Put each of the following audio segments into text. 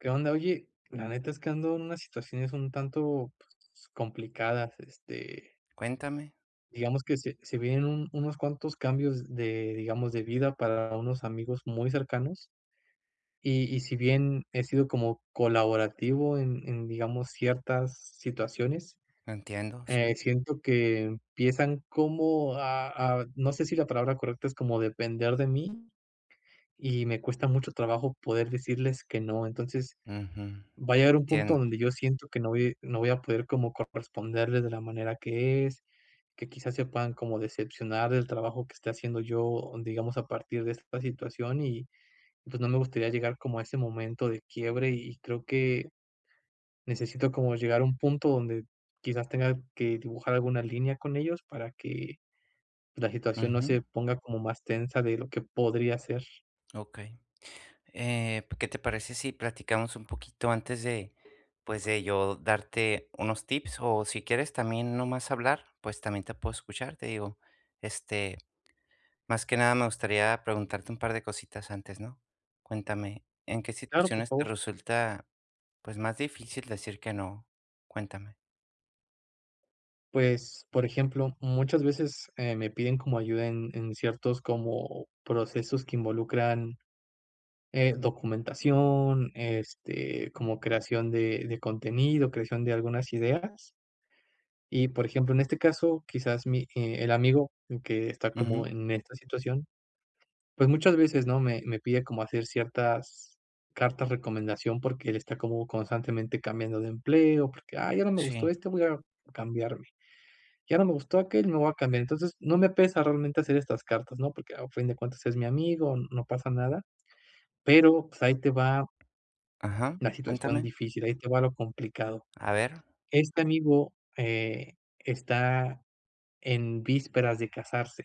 ¿Qué onda? Oye, la neta es que ando en unas situaciones un tanto, pues, complicadas, Cuéntame, digamos que se vienen un unos cuantos cambios de, digamos, de vida para unos amigos muy cercanos, y si bien he sido como colaborativo en, digamos, ciertas situaciones, entiendo, sí. siento que empiezan como a no sé si la palabra correcta es como depender de mí, y me cuesta mucho trabajo poder decirles que no. Entonces Ujú, va a llegar un punto entiendo. donde yo siento que no voy a poder como corresponderles de la manera que es, que quizás se puedan como decepcionar del trabajo que esté haciendo yo, digamos, a partir de esta situación y pues no me gustaría llegar como a ese momento de quiebre y creo que necesito como llegar a un punto donde quizás tenga que dibujar alguna línea con ellos para que la situación no Ujú, se ponga como más tensa de lo que podría ser. okey. Pues, ¿qué te parece si platicamos un poquito antes de, pues, de yo darte unos tips? O si quieres también nomás hablar, pues, también te puedo escuchar, te digo. Este, más que nada me gustaría preguntarte un par de cositas antes, ¿no? Cuéntame, ¿en qué Claro, por situaciones te favor. resulta, pues, más difícil decir que no? Cuéntame. Pues, por ejemplo, muchas veces, me piden como ayuda en ciertos como procesos que involucran, documentación, este, como creación de contenido, creación de algunas ideas. Y, por ejemplo, en este caso, quizás mi el amigo que está como Ujú, en esta situación, pues, muchas veces, ¿no?, me pide como hacer ciertas cartas recomendación porque él está como constantemente cambiando de empleo, porque: "Ah, ya no me gustó sí. este, voy a cambiarme". Ya no me gustó aquel, me voy a cambiar. Entonces, no me pesa realmente hacer estas cartas, ¿no? Porque a fin de cuentas es mi amigo, no pasa nada, pero, pues, ahí te va Ajá, la situación cuéntame, difícil, ahí te va lo complicado. a ver. Este amigo, está en vísperas de casarse.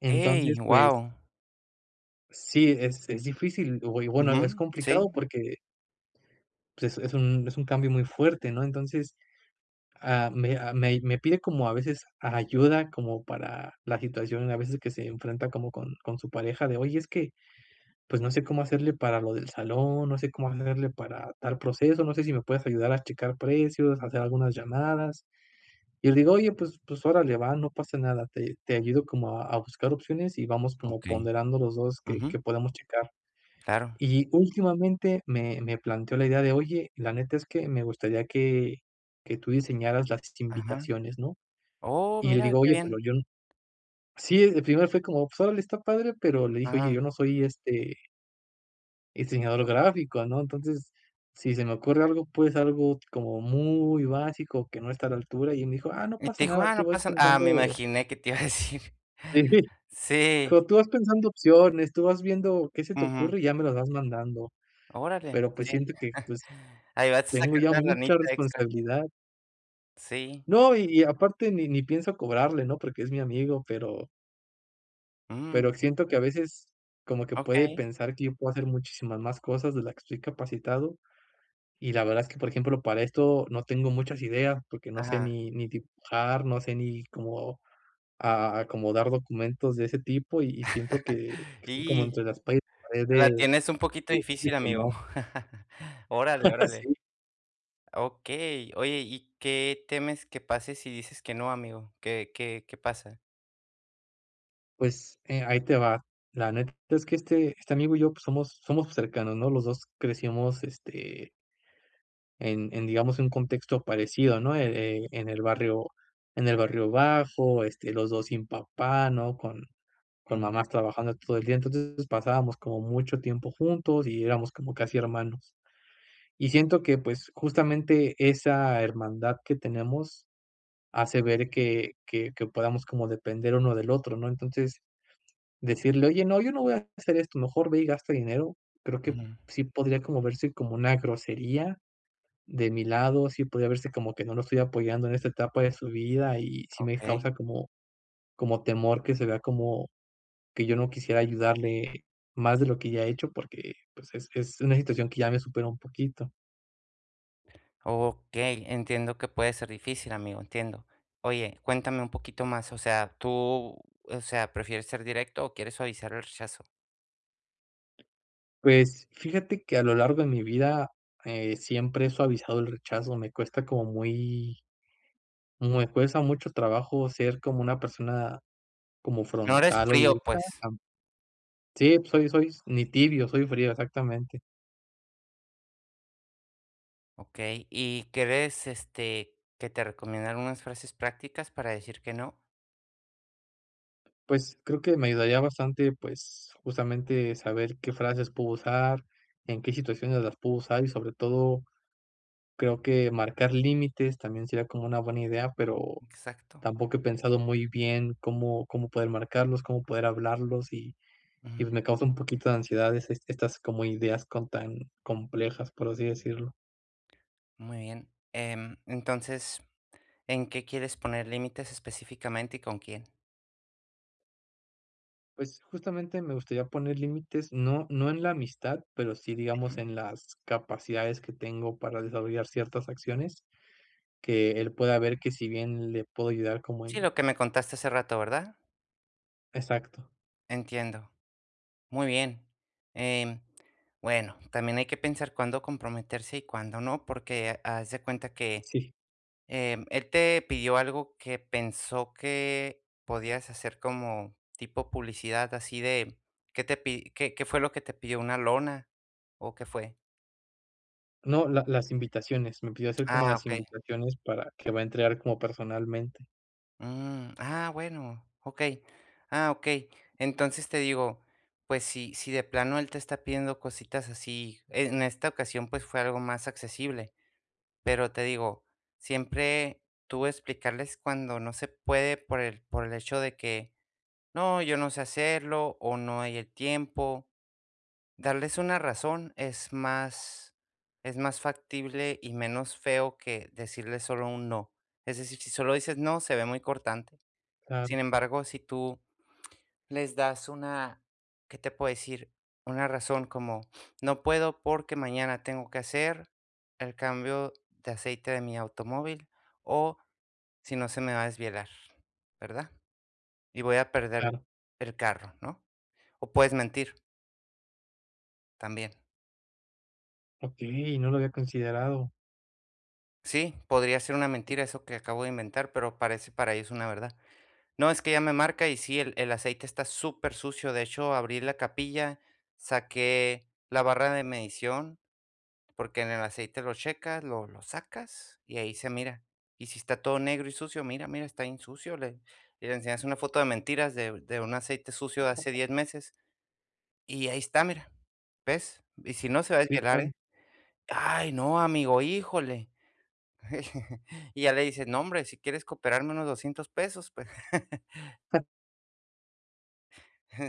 Entonces, pues, wow, sí, es difícil, o y bueno, es sí, complicado porque, pues, es un cambio muy fuerte, ¿no? Entonces, me pide como a veces ayuda como para la situación, a veces que se enfrenta como con su pareja de: "Oye, es que, pues, no sé cómo hacerle para lo del salón, no sé cómo hacerle para tal proceso, no sé si me puedes ayudar a checar precios, hacer algunas llamadas". Y le digo: "Oye, pues órale, va, no pasa nada, te ayudo como a buscar opciones y vamos como okey. ponderando los 2 que Ujú, que podemos checar". claro. Y últimamente me planteó la idea de: "Oye, la neta es que me gustaría que tú diseñaras las Ajá. invitaciones, ¿no?". Oh, Y le mira, digo: qué "Oye, pero bien. yo n" sí, el primero fue como, pues, órale, está padre, pero le dije: "Oye, Ajá. yo no soy, este, diseñador gráfico, ¿no? Entonces, si se me ocurre algo, pues, algo como muy básico, que no está a la altura". Y él me dijo: "Ah, no Y te pasa dijo: nada, "Ah, no tú vas pasa" nada. Ah, me pensando". imaginé que te iba a decir. Sí, Sí, dijo: "Tú vas pensando opciones, tú vas viendo qué se te ujú. ocurre y ya me las vas mandando". Órale, Pero, pues, sí. siento que, pues, Ahí vas a tengo sacar ya una mucha lanita extra. responsabilidad. Sí, No, y aparte ni pienso cobrarle, ¿no? Porque es mi amigo, pero mm, Pero siento que a veces como que puede okey, pensar que yo puedo hacer muchísimas más cosas de las que estoy capacitado, y la verdad es que, por ejemplo, para esto no tengo muchas ideas, porque no sé ajá. ni dibujar, no sé ni cómo a acomodar documentos de ese tipo, y siento que estoy como Y entre las paredes la de tienes un poquito decirle difícil, que amigo. no. Órale, órale. Sí, Okey. Oye, ¿y qué temes que pase si dices que no, amigo? ¿Qué pasa? pues, ahí te va. La neta es que este amigo y yo, pues, somos cercanos, ¿no? Los 2 crecimos, este, en, digamos, un contexto parecido, ¿no? En el barrio bajo, este, los dos sin papá, ¿no? Con Ujú, mamás trabajando todo el día. Entonces pasábamos como mucho tiempo juntos y éramos como casi hermanos. Y siento que pues justamente esa hermandad que tenemos hace ver que podamos como depender uno del otro, ¿no? Entonces decirle, oye, no, yo no voy a hacer esto, mejor ve y gasta dinero. Creo que ujú. sí podría como verse como una grosería de mi lado, sí podría verse como que no lo estoy apoyando en esta etapa de su vida y sí me Okey. causa como, como temor que se vea como que yo no quisiera ayudarle más de lo que ya he hecho porque pues es una situación que ya me supera un poquito. Okey, entiendo que puede ser difícil, amigo, entiendo. Oye, cuéntame un poquito más, o sea, tú, o sea, ¿prefieres ser directo o quieres suavizar el rechazo? Pues fíjate que a lo largo de mi vida siempre he suavizado el rechazo, me cuesta mucho trabajo ser como una persona como No eres frontal o frío, directa. pues. Sí, soy, soy ni tibio, soy frío, exactamente. Okey, ¿y quieres, este, que te recomiendan unas frases prácticas para decir que no? Pues, creo que me ayudaría bastante, pues, justamente saber qué frases puedo usar, en qué situaciones las puedo usar y, sobre todo, creo que marcar límites también sería como una buena idea, pero Exacto. tampoco he pensado muy bien cómo poder marcarlos, cómo poder hablarlos y pues, Ujú, me causa un poquito de ansiedad es estas como ideas con tan complejas, por así decirlo. muy bien. Entonces, ¿en qué quieres poner límites específicamente y con quién? Pues, justamente me gustaría poner límites, no en la amistad, pero sí, digamos, Ujú. en las capacidades que tengo para desarrollar ciertas acciones. Que él pueda ver que si bien le puedo ayudar como en Sí, lo que me contaste hace rato, ¿verdad? exacto, Entiendo. Muy bien. Em, bueno, también hay que pensar cuándo comprometerse y cuándo no, porque haz de cuenta que sí. Él te pidió algo que pensó que podías hacer como tipo publicidad, así de, ¿qué te pi- qué, qué fue lo que te pidió? ¿Una lona? ¿O qué fue? No, la las invitaciones, me pidió hacer como Ah, las ok. invitaciones para que va a entregar como personalmente. Mm, ah, bueno, ok. Ah, ok. Entonces te digo, pues si, si de plano él te está pidiendo cositas así, en esta ocasión pues fue algo más accesible. Pero te digo, siempre tú explicarles cuando no se puede por el hecho de que: "No, yo no sé hacerlo", o "No hay el tiempo". Darles una razón es más factible y menos feo que decirles solo un no. Es decir, si solo dices: "No", se ve muy cortante. Claro, Sin embargo, si tú les das una, ¿qué te puedo decir? Una razón como, no puedo porque mañana tengo que hacer el cambio de aceite de mi automóvil o si no se me va a desvielar, ¿verdad? Y voy a perder claro. el carro, ¿no? O puedes mentir también. Okey, no lo había considerado. Sí, podría ser una mentira eso que acabo de inventar, pero parece para ellos una verdad. No, es que ya me marca y sí, el aceite está súper sucio. De hecho, abrí la capilla, saqué la barra de medición. Porque en el aceite lo checas, lo sacas y ahí se mira. Y si está todo negro y sucio, mira, mira, está bien sucio. Le Y le enseñas una foto de mentiras de un aceite sucio de hace 10 meses y ahí está, mira, ¿ves? Y si no, se va a Sí, desvelar, claro. ¿eh? "Ay, no, amigo, híjole". Y ya le dices: "No, hombre, si quieres cooperarme unos $200, pues".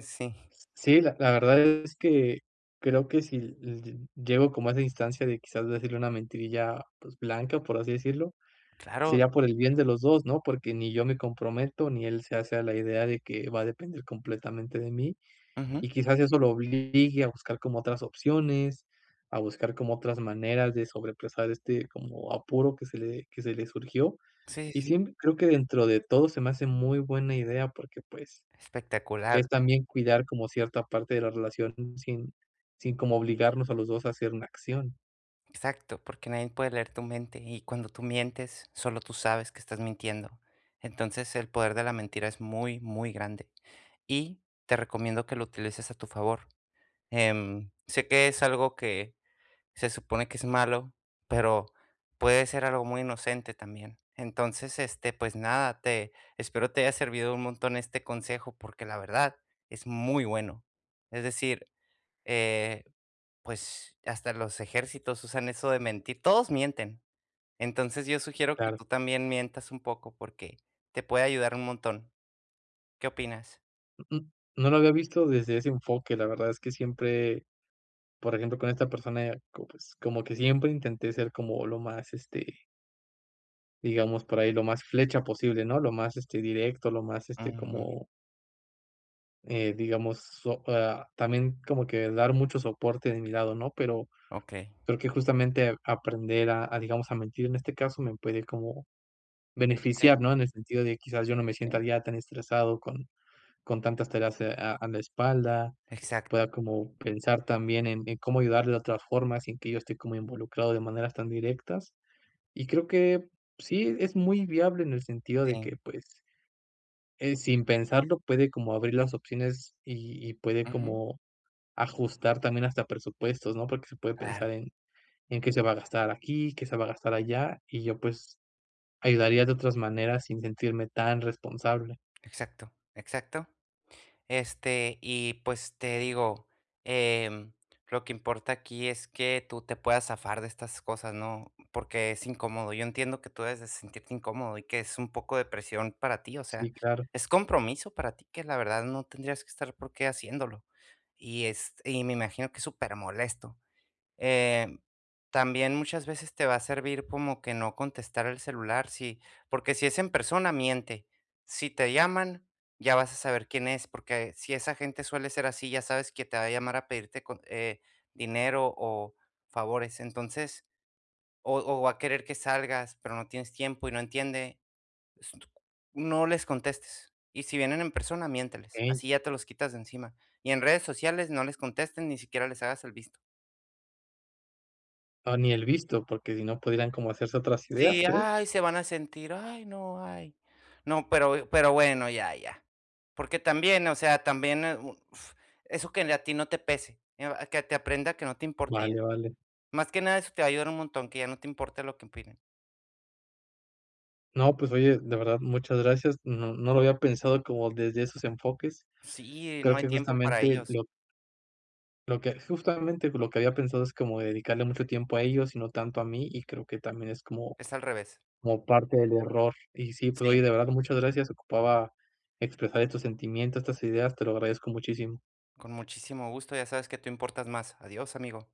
Sí, Sí, la verdad es que creo que si llego como a esa instancia de quizás decirle una mentirilla pues blanca, por así decirlo, claro. sería por el bien de los dos, ¿no? Porque ni yo me comprometo, ni él se hace a la idea de que va a depender completamente de mí, Ujú. y quizás eso lo obligue a buscar como otras opciones, a buscar como otras maneras de sobrepasar este como apuro que se le surgió. Sí, Y sí, sí. siempre creo que dentro de todo se me hace muy buena idea porque pues Espectacular. es también cuidar como cierta parte de la relación sin sin como obligarnos a los 2 a hacer una acción, Exacto, porque nadie puede leer tu mente y cuando tú mientes, solo tú sabes que estás mintiendo. Entonces el poder de la mentira es muy, muy grande y te recomiendo que lo utilices a tu favor. Sé que es algo que se supone que es malo, pero puede ser algo muy inocente también. Entonces, este, pues nada, te espero te haya servido un montón este consejo porque la verdad es muy bueno. Es decir, eh, pues, hasta los ejércitos usan eso de mentir, todos mienten. Entonces, yo sugiero que claro. tú también mientas un poco porque te puede ayudar un montón. ¿Qué opinas? Mm, no lo había visto desde ese enfoque, la verdad es que siempre, por ejemplo, con esta persona, co pues, como que siempre intenté ser como lo más, este, digamos, por ahí, lo más flecha posible, ¿no? Lo más, este, directo, lo más, este, Ujú, como, digamos, también como que dar mucho soporte de mi lado, ¿no? Pero okey. creo que justamente aprender a, digamos, a mentir en este caso me puede como beneficiar, Sí, ¿no? En el sentido de quizás yo no me sienta sí, ya tan estresado con tantas tareas a la espalda, exacto, pueda como pensar también en cómo ayudarle de otra forma sin que yo esté como involucrado de maneras tan directas. Y creo que sí, es muy viable en el sentido de sí. que, pues, sin pensarlo puede como abrir las opciones y puede Ujú, como ajustar también hasta presupuestos, ¿no? Porque se puede claro, pensar en qué se va a gastar aquí, qué se va a gastar allá, y yo, pues, ayudaría de otras maneras sin sentirme tan responsable. exacto, exacto. Este, y pues te digo, em, lo que importa aquí es que tú te puedas zafar de estas cosas, ¿no? Porque es incómodo. Yo entiendo que tú debes de sentirte incómodo y que es un poco de presión para ti, o sea, Sí, claro. es compromiso para ti que la verdad no tendrías que estar por qué haciéndolo. Y es, y me imagino que es súper molesto. Eh, También muchas veces te va a servir como que no contestar el celular, sí, porque si es en persona, miente. Si te llaman, ya vas a saber quién es, porque si esa gente suele ser así, ya sabes que te va a llamar a pedirte con- dinero o favores, entonces, o va a querer que salgas, pero no tienes tiempo y no entiende, s- no les contestes. Y si vienen en persona, miénteles. Okey. Así ya te los quitas de encima. Y en redes sociales no les contesten, ni siquiera les hagas el visto. Ah, ni el visto, porque si no pudieran como hacerse otras ideas, Sí, ¿crees? ay, se van a sentir, ay. No, pero bueno, ya, ya. Porque también, o sea, también, u f eso que a ti no te pese, a que te aprenda que no te importe ya. Vale, vale. Más que nada, eso te va a ayudar un montón, que ya no te importe lo que opinen. No, pues oye, de verdad, muchas gracias. No lo había pensado como desde esos enfoques. Sí, no Creo hay que tiempo para justamente ellos, lo que justamente lo que había pensado es como dedicarle mucho tiempo a ellos y no tanto a mí, y creo que también es como es al revés. como parte del error. Y sí, pues Sí, oye, de verdad, muchas gracias. Ocupaba expresar estos sentimientos, estas ideas, te lo agradezco muchísimo. con muchísimo gusto, ya sabes que tú importas más. Adiós, amigo.